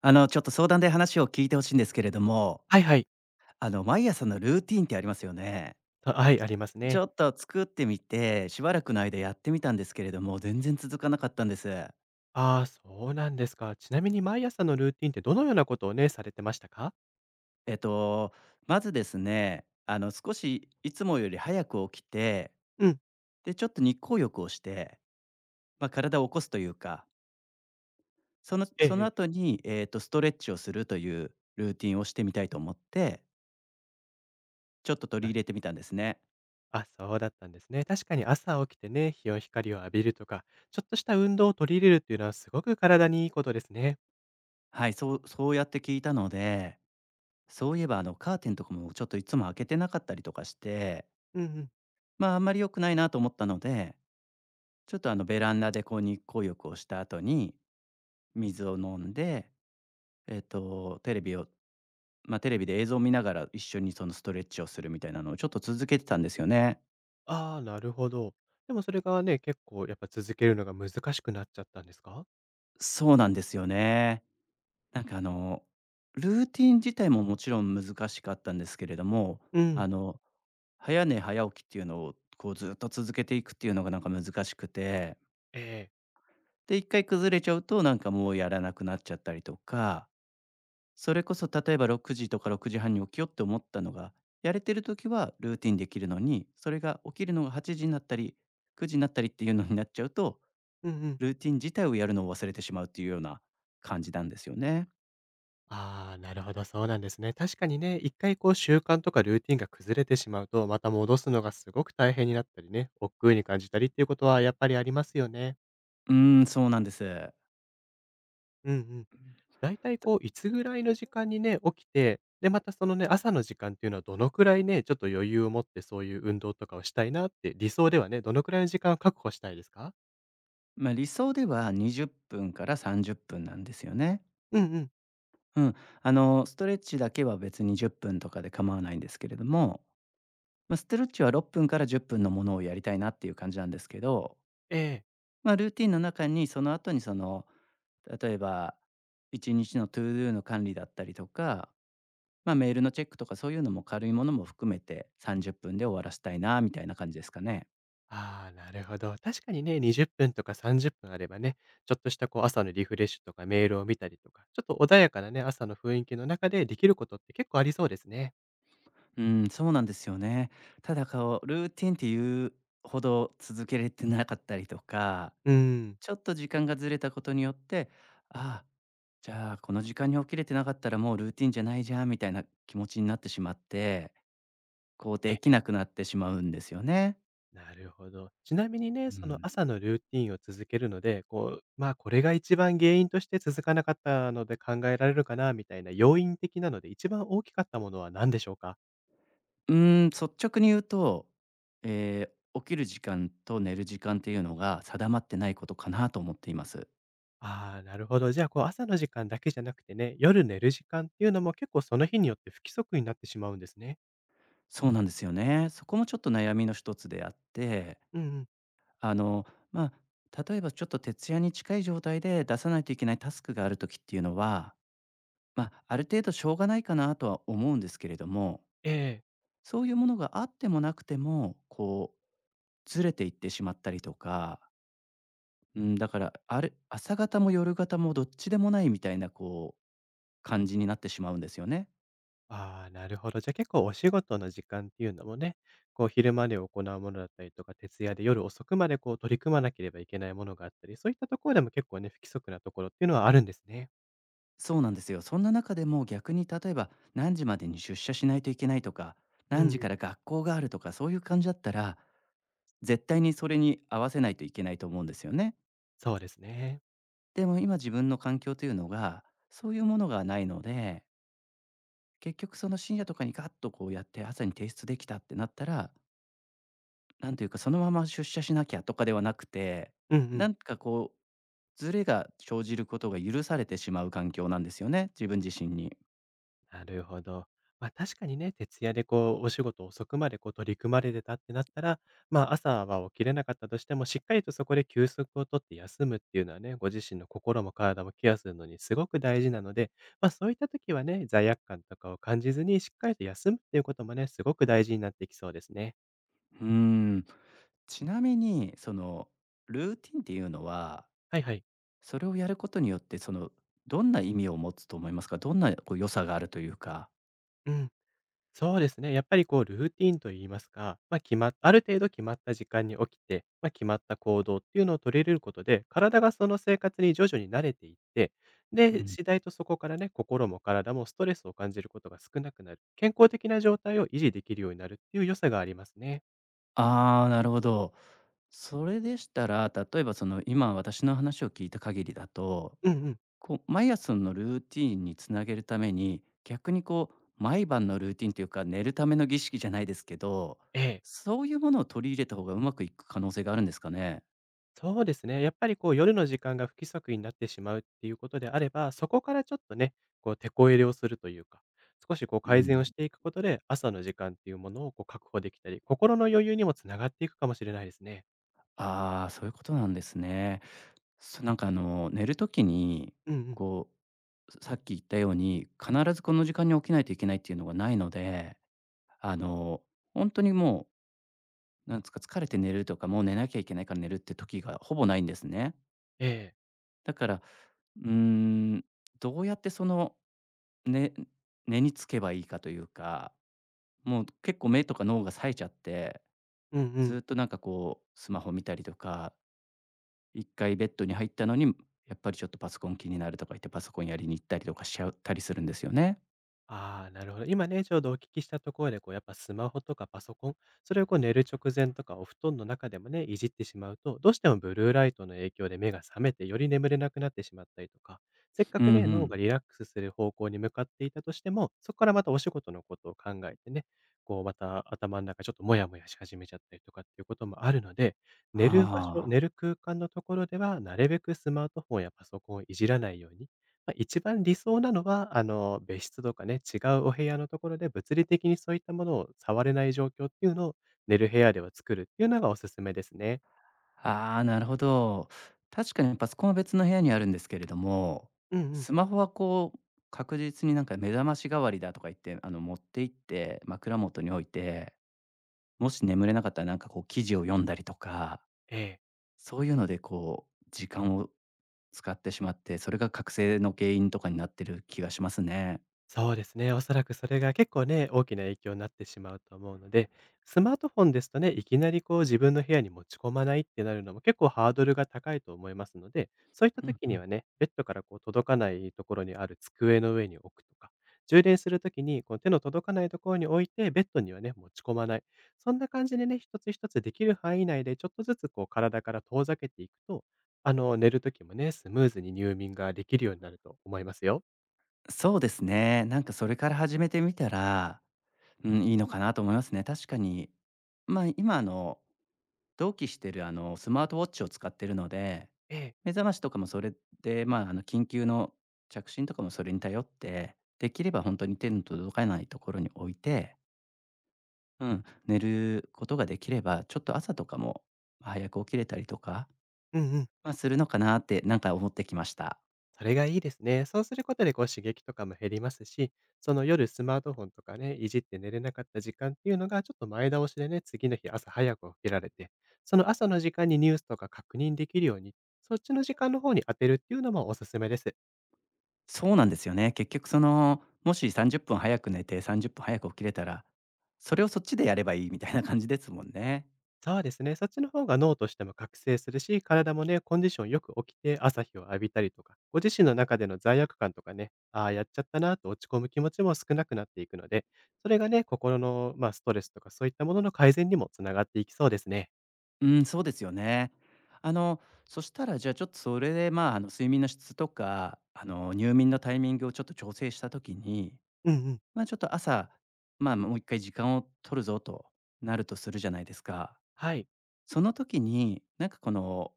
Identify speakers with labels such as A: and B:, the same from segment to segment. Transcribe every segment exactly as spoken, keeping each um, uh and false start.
A: あの、ちょっと相談で話を聞いてほしいんですけれども、
B: はいはい。
A: あの、毎朝のルーティンってありますよね。
B: あ、はい、あります
A: ち
B: ね。
A: ょっと作ってみて、しばらくの間やってみたんですけれども、全然続かなかったんです。
B: ああ、そうなんですか。ちなみに毎朝のルーティンってどのようなことをね、されてましたか？
A: えっと、まずですね、あの、少しいつもより早く起きて、
B: うん。
A: で、ちょっと日光浴をして、まあ、体を起こすというか、その
B: ええ
A: そ
B: え
A: の
B: え。
A: 後に、えっと、ストレッチをするというルーティンをしてみたいと思って、ちょっと取り
B: な
A: 入れてみたんですね。
B: あ、そうだったんですね。確かに朝起きてね、日を光を浴びるとか、ちょっとした運動を取り入れるっていうのはすごく体にいいことですね。
A: はい、そうそうやって聞いたので、そういえばあのカーテンとかもちょっといつも開けてなかったりとかして、
B: うんうん。
A: まあ、あんまり良くないなと思ったので、ちょっとあのベランダでこう日光浴をした後に水を飲んで、えっと、テレビを、まあ、テレビで映像を見ながら一緒にそのストレッチをするみたいなのをちょっと続けてたんですよね。
B: ああ、なるほど。でもそれがね、結構やっぱ続けるのが難しくなっちゃったんですか？
A: そうなんですよね。なんかあの、ルーティン自体ももちろん難しかったんですけれども、
B: う
A: あ
B: ん。
A: の、早寝早起きっていうのをこうずっと続けていくっていうのがなんか難しくて、
B: ええ。
A: で、一回崩れちゃうと、なんかもうやらなくなっちゃったりとか、それこそ例えばろくじとかろくじはんに起きようって思ったのが、やれてる時はルーティンできるのに、それが起きるのがはちじになったり、くじになったりっていうのになっちゃうと、
B: うんうん。
A: ルーティン自体をやるのを忘れてしまうっていうような感じなんですよね。
B: ああ、なるほど、そうなんですね。確かにね、一回こう習慣とかルーティンが崩れてしまうと、また戻すのがすごく大変になったりね、億劫に感じたりっていうことはやっぱりありますよね。
A: うーん、そうなんです。
B: うんうん。だいたい
A: た
B: こう、いつぐらいの時間にね、起きて、で、またそのね、朝の時間っていうのはどのくらいね、ちょっと余裕を持ってそういう運動とかをしたいなって、理想ではね、どのくらいの時間を確保したいですか？
A: まあ、理想ではにじゅっぷんからさんじゅっぷんなんですよね。
B: うんうん。
A: うん。あの、ストレッチだけは別にじゅっぷんとかで構わないんですけれども、まあ、ストレッチはろっぷんからじゅっぷんのものをやりたいなっていう感じなんですけど、
B: ええ。
A: まあ、ルーティンの中にその後にその、例えばいちにちのトゥードゥの管理だったりとか、まあ、メールのチェックとかそういうのも軽いものも含めてさんじゅっぷんで終わらせたいなみたいな感じですかね。
B: ああ、なるほど。確かにね、にじゅっぷんとかさんじゅっぷんあればね、ちょっとしたこう朝のリフレッシュとかメールを見たりとか、ちょっと穏やかなね、朝の雰囲気の中でできることって結構ありそうですね。
A: うん、そうなんですよね。ただこうルーティンっていうほど続けれてなかったりとか、
B: うん。
A: ちょっと時間がずれたことによって、ああ、じゃあこの時間に起きれてなかったらもうルーティンじゃないじゃんみたいな気持ちになってしまって、こう
B: え
A: でき
B: え、
A: なくなってしまうんですよね。
B: なるほど。ちなみにね、
A: う
B: その
A: ん。
B: 朝のルーティンを続けるので、こう、まあこれが一番原因として続かなかったので考えられるかな、みたいな要因的なので一番大きかったものは何でしょうか？
A: うーん、率直に言うと、えー起きる時間と寝る時間っていうのが定まってないことかなと思っています。
B: ああ、なるほど。じゃあ、こう、朝の時間だけじゃなくてね、夜寝る時間っていうのも結構その日によって不規則になってしまうんですね。
A: そうなんですよね。そこもちょっと悩みの一つであって、
B: うんうん。
A: あの、まあ、例えばちょっと徹夜に近い状態で出さないといけないタスクがある時っていうのは、まあ、ある程度しょうがないかなとは思うんですけれども、
B: ええ。
A: そういうものがあってもなくても、こう、ずれていってしまったりとか、うん、だから、ある朝方も夜方もどっちでもないみたいな、こう、感じになってしまうんですよね。
B: ああ、なるほど。じゃ、結構お仕事の時間っていうのもね、こう昼間で行うものだったりとか、徹夜で夜遅くまでこう取り組まなければいけないものがあったり、そういったところでも結構ね、不規則なところっていうのはあるんですね。
A: そうなんですよ。そんな中でも逆に例えば、何時までに出社しないといけないとか、
B: う
A: 何
B: ん。
A: 時から学校があるとか、そういう感じだったら、絶対にそれに合わせないといけないと思うんですよね。
B: そうですね。
A: でも今自分の環境というのが、そういうものがないので、結局その深夜とかにガッとこうやって朝に提出できたってなったら、なんというかそのまま出社しなきゃとかではなくて、
B: うんう
A: な
B: ん。
A: んかこうズレが生じることが許されてしまう環境なんですよね、自分自身に。
B: なるほど。まあ、確かにね、徹夜でこう、お仕事遅くまでこう取り組まれてたってなったら、まあ、朝は起きれなかったとしても、しっかりとそこで休息をとって休むっていうのはね、ご自身の心も体もケアするのにすごく大事なので、まあ、そういった時はね、罪悪感とかを感じずに、しっかりと休むっていうこともね、すごく大事になってきそうですね。
A: うーん、ちなみにそのルーティンっていうのは、
B: はいはい。
A: それをやることによってそのどんな意味を持つと思いますか？どんなこう良さがあるというか。
B: うん。そうですね。やっぱりこうルーティンといいますか、まあ、決まっある程度決まった時間に起きて、まあ、決まった行動っていうのを取り入れることで、体がその生活に徐々に慣れていって、
A: う
B: で、
A: ん。
B: 次第とそこからね、心も体もストレスを感じることが少なくなる、健康的な状態を維持できるようになるっていう良さがありますね。
A: ああ、なるほど。それでしたら、例えばその今私の話を聞いた限りだと、
B: うんうん。
A: こう、毎朝のルーティーンにつなげるために、逆にこう、毎晩のルーティーンというか、寝るための儀式じゃないですけど、
B: ええ。
A: そういうものを取り入れた方がうまくいく可能性があるんですかね？
B: そうですね。やっぱりこう夜の時間が不規則になってしまうっていうことであれば、そこからちょっとね、こう手こ入れをするというか、少しこう
A: う
B: 改善を
A: ん。
B: していくことで、朝の時間っていうものをこう確保できたり、心の余裕にもつながっていくかもしれないですね。
A: ああ、そういうことなんですね。そなんかあの、寝る時に、
B: うんうん。
A: こう、さっき言ったように、必ずこの時間に起きないといけないっていうのがないので、あの、本当にもう、なんつか、疲れて寝るとか、もう寝なきゃいけないから寝るって時がほぼないんですね。
B: ええ。
A: だからうーん、どうやってその、ね根につけばいいかというか、もう結構目とか脳が冴えちゃって、
B: うんう
A: ずっ
B: ん。
A: となんかこうスマホ見たりとか、一回ベッドに入ったのに、やっぱりちょっとパソコン気になるとか言って、パソコンやりに行ったりとかしちゃったりするんですよね。
B: ああ、なるほど。今ね、ちょうどお聞きしたところで、こう、やっぱスマホとかパソコン、それをこう寝る直前とかお布団の中でもね、いじってしまうと、どうしてもブルーライトの影響で目が覚めて、より眠れなくなってしまったりとか、せっ
A: う
B: か
A: んう
B: くね、脳
A: ん。
B: がリラックスする方向に向かっていたとしても、そこからまたお仕事のことを考えてね、こう、また頭の中ちょっとモヤモヤし始めちゃったりとかっていうこともあるので、寝る場所、
A: ああ。
B: 寝る空間のところでは、なるべくスマートフォンやパソコンをいじらないように、まあ、一番理想なのは、あの、別室とかね、違うお部屋のところで物理的にそういったものを触れない状況っていうのを、寝る部屋では作るっていうのがおすすめですね。
A: ああ、なるほど。確かにパソコンは別の部屋にあるんですけれども、
B: うんうん。
A: スマホはこう確実になんか目覚まし代わりだとか言って、あの持って行って、枕元に置いて、もし眠れなかったら、なんかこう記事を読んだりとか、
B: ええ。
A: そういうのでこう時間を使ってしまって、それが覚醒の原因とかになってる気がしますね。
B: そうですね。おそらくそれが結構ね、大きな影響になってしまうと思うので、スマートフォンですとね、いきなりこう自分の部屋に持ち込まないってなるのも結構ハードルが高いと思いますので、そういった
A: うん
B: 時
A: う
B: に
A: ん。
B: はね、ベッドからこう届かないところにある机の上に置くとか、充電する時にこう手の届かないところに置いて、ベッドにはね、持ち込まない。そんな感じでね、一つ一つできる範囲内でちょっとずつこう体から遠ざけていくと、あの、寝る時もね、スムーズに入眠ができるようになると思いますよ。
A: そうですね。なんかそれから始めてみたら、うん、いいのかなと思いますね。確かに、まあ、今あの、同期してるあの、スマートウォッチを使ってるので、
B: ええ。
A: 目覚ましとかもそれで、まあ、あの、緊急の着信とかもそれに頼って、できれば本当に手の届かないところに置いて、うん、寝ることができれば、ちょっと朝とかも、ま、早く起きれたりとか、
B: うんうん。
A: まあ、するのかなってなんか思ってきました。
B: それがいいですね。そうすることでこう刺激とかも減りますし、その夜スマートフォンとかね、いじって寝れなかった時間っていうのがちょっと前倒しでね、次の日朝早く起きられて、その朝の時間にニュースとか確認できるように、そっちの時間の方に当てるっていうのもおすすめです。
A: そうなんですよね。結局その、もしさんじゅっぷん早く寝てさんじゅっぷん早く起きれたら、それをそっちでやればいいみたいな感じですもんね。
B: そうですね。そっちの方が脳としても覚醒するし、体もね、コンディションよく起きて朝日を浴びたりとか、ご自身の中での罪悪感とかね、ああ、やっちゃったなと落ち込む気持ちも少なくなっていくので、それがね、心の、まあ、ストレスとかそういったものの改善にもつながっていきそうですね。
A: うん、そうですよね。あの、そしたらじゃあちょっとそれで、まあ、あの、睡眠の質とか、あの、入眠のタイミングをちょっと調整した時に、
B: うんうん。
A: ま、あちょっと朝、まあ、もう一回時間を取るぞとなるとするじゃないですか。
B: はい。
A: その時に、なんかこの、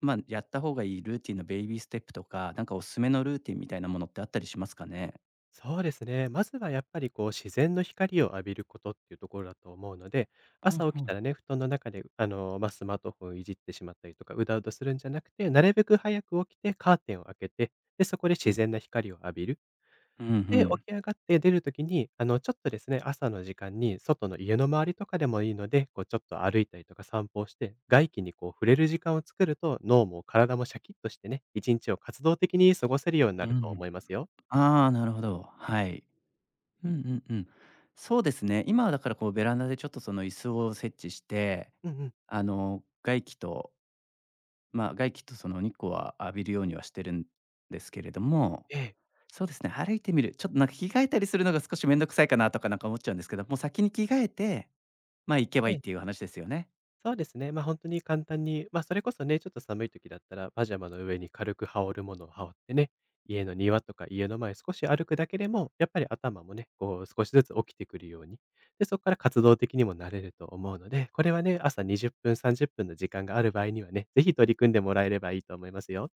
A: まあ、やった方がいいルーティンのベイビーステップとか、なんかおすすめのルーティンみたいなものってあったりしますかね？
B: そうですね。まずはやっぱりこう自然の光を浴びることっていうところだと思うので、
A: うん
B: 朝
A: う
B: 起きた
A: ん。
B: らね、布団の中であの、まあ、スマートフォンをいじってしまったりとか、うだうだするんじゃなくて、なるべく早く起きてカーテンを開けて、で、そこで
A: う
B: 自
A: ん。
B: 然な光を浴びる。
A: うんう
B: で、起
A: ん。
B: き上がって出る時に、あの、ちょっとですね、朝の時間に外の家の周りとかでもいいので、こうちょっと歩いたりとか散歩をして、外気にこう触れる時間を作ると、脳も体もシャキッとしてね、一日を活動的に過ごせるようにな
A: う
B: ると思
A: ん。
B: いますよ。
A: ああ、なるほど。はい。うんうんうん。そうですね、今はだからこうベランダでちょっとその椅子を設置して、
B: うんうん。
A: あの、外気と、まあ、外気とその日光は浴びるようにはしてるんですけれども、
B: ええ。
A: そうですね、歩いてみる。ちょっとなんか着替えたりするのが少し面倒くさいかなとかなんか思っちゃうんですけど、もう先に着替えて、まあ、行けばいいっていう話ですよね。
B: そうですね。ま、あ本当に簡単に、ま、あそれこそね、ちょっと寒い時だったら、パジャマの上に軽く羽織るものを羽織ってね、家の庭とか家の前少し歩くだけでも、やっぱり頭もね、こう少しずつ起きてくるように、で、そこから活動的にもなれると思うので、これはね、朝にじゅっぷん、さんじゅっぷんの時間がある場合にはね、ぜひ取り組んでもらえればいいと思いますよ。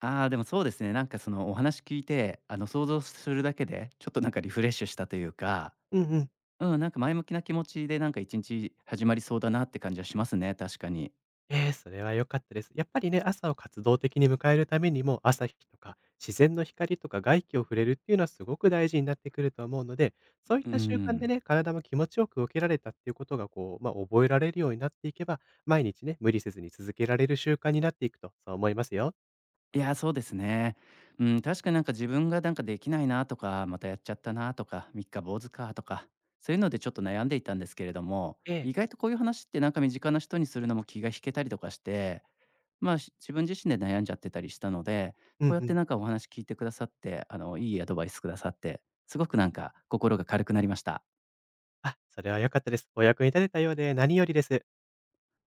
A: ああ、でもそうですね、なんかそのお話聞いて、あの想像するだけで、ちょっとなんかリフレッシュしたというか、
B: うんうん。
A: うん、なんか前向きな気持ちでなんかいちにち始まりそうだなって感じはしますね、確かに。
B: ええ、それは良かったです。やっぱりね、朝を活動的に迎えるためにも、朝日とか自然の光とか外気を触れるっていうのはすごく大事になってくると思うので、そういっ
A: うー
B: た習慣で
A: ん。
B: ね、体も気持ちよく動けられたっていうことが、こう、ま、あ覚えられるようになっていけば、毎日ね、無理せずに続けられる習慣になっていくと、そう思いますよ。
A: いや、そうですね。うん、確かになんか自分がなんかできないなとか、またやっちゃったなとか、三日坊主かとか、そういうのでちょっと悩んでいたんですけれども、
B: え
A: 意
B: え。
A: 外とこういう話ってなんか身近な人にするのも気が引けたりとかして、まあ、し自分自身で悩んじゃってたりしたので、
B: う
A: こう
B: ん
A: やっ
B: う
A: て
B: ん。
A: なんかお話聞いてくださって、あの、いいアドバイスくださって、すごくなんか心が軽くなりました。
B: あ、それは良かったです。お役に立てたようで何よりです。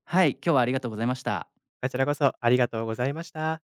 A: はい、今日はありがとうございました。
B: こちらこそありがとうございました。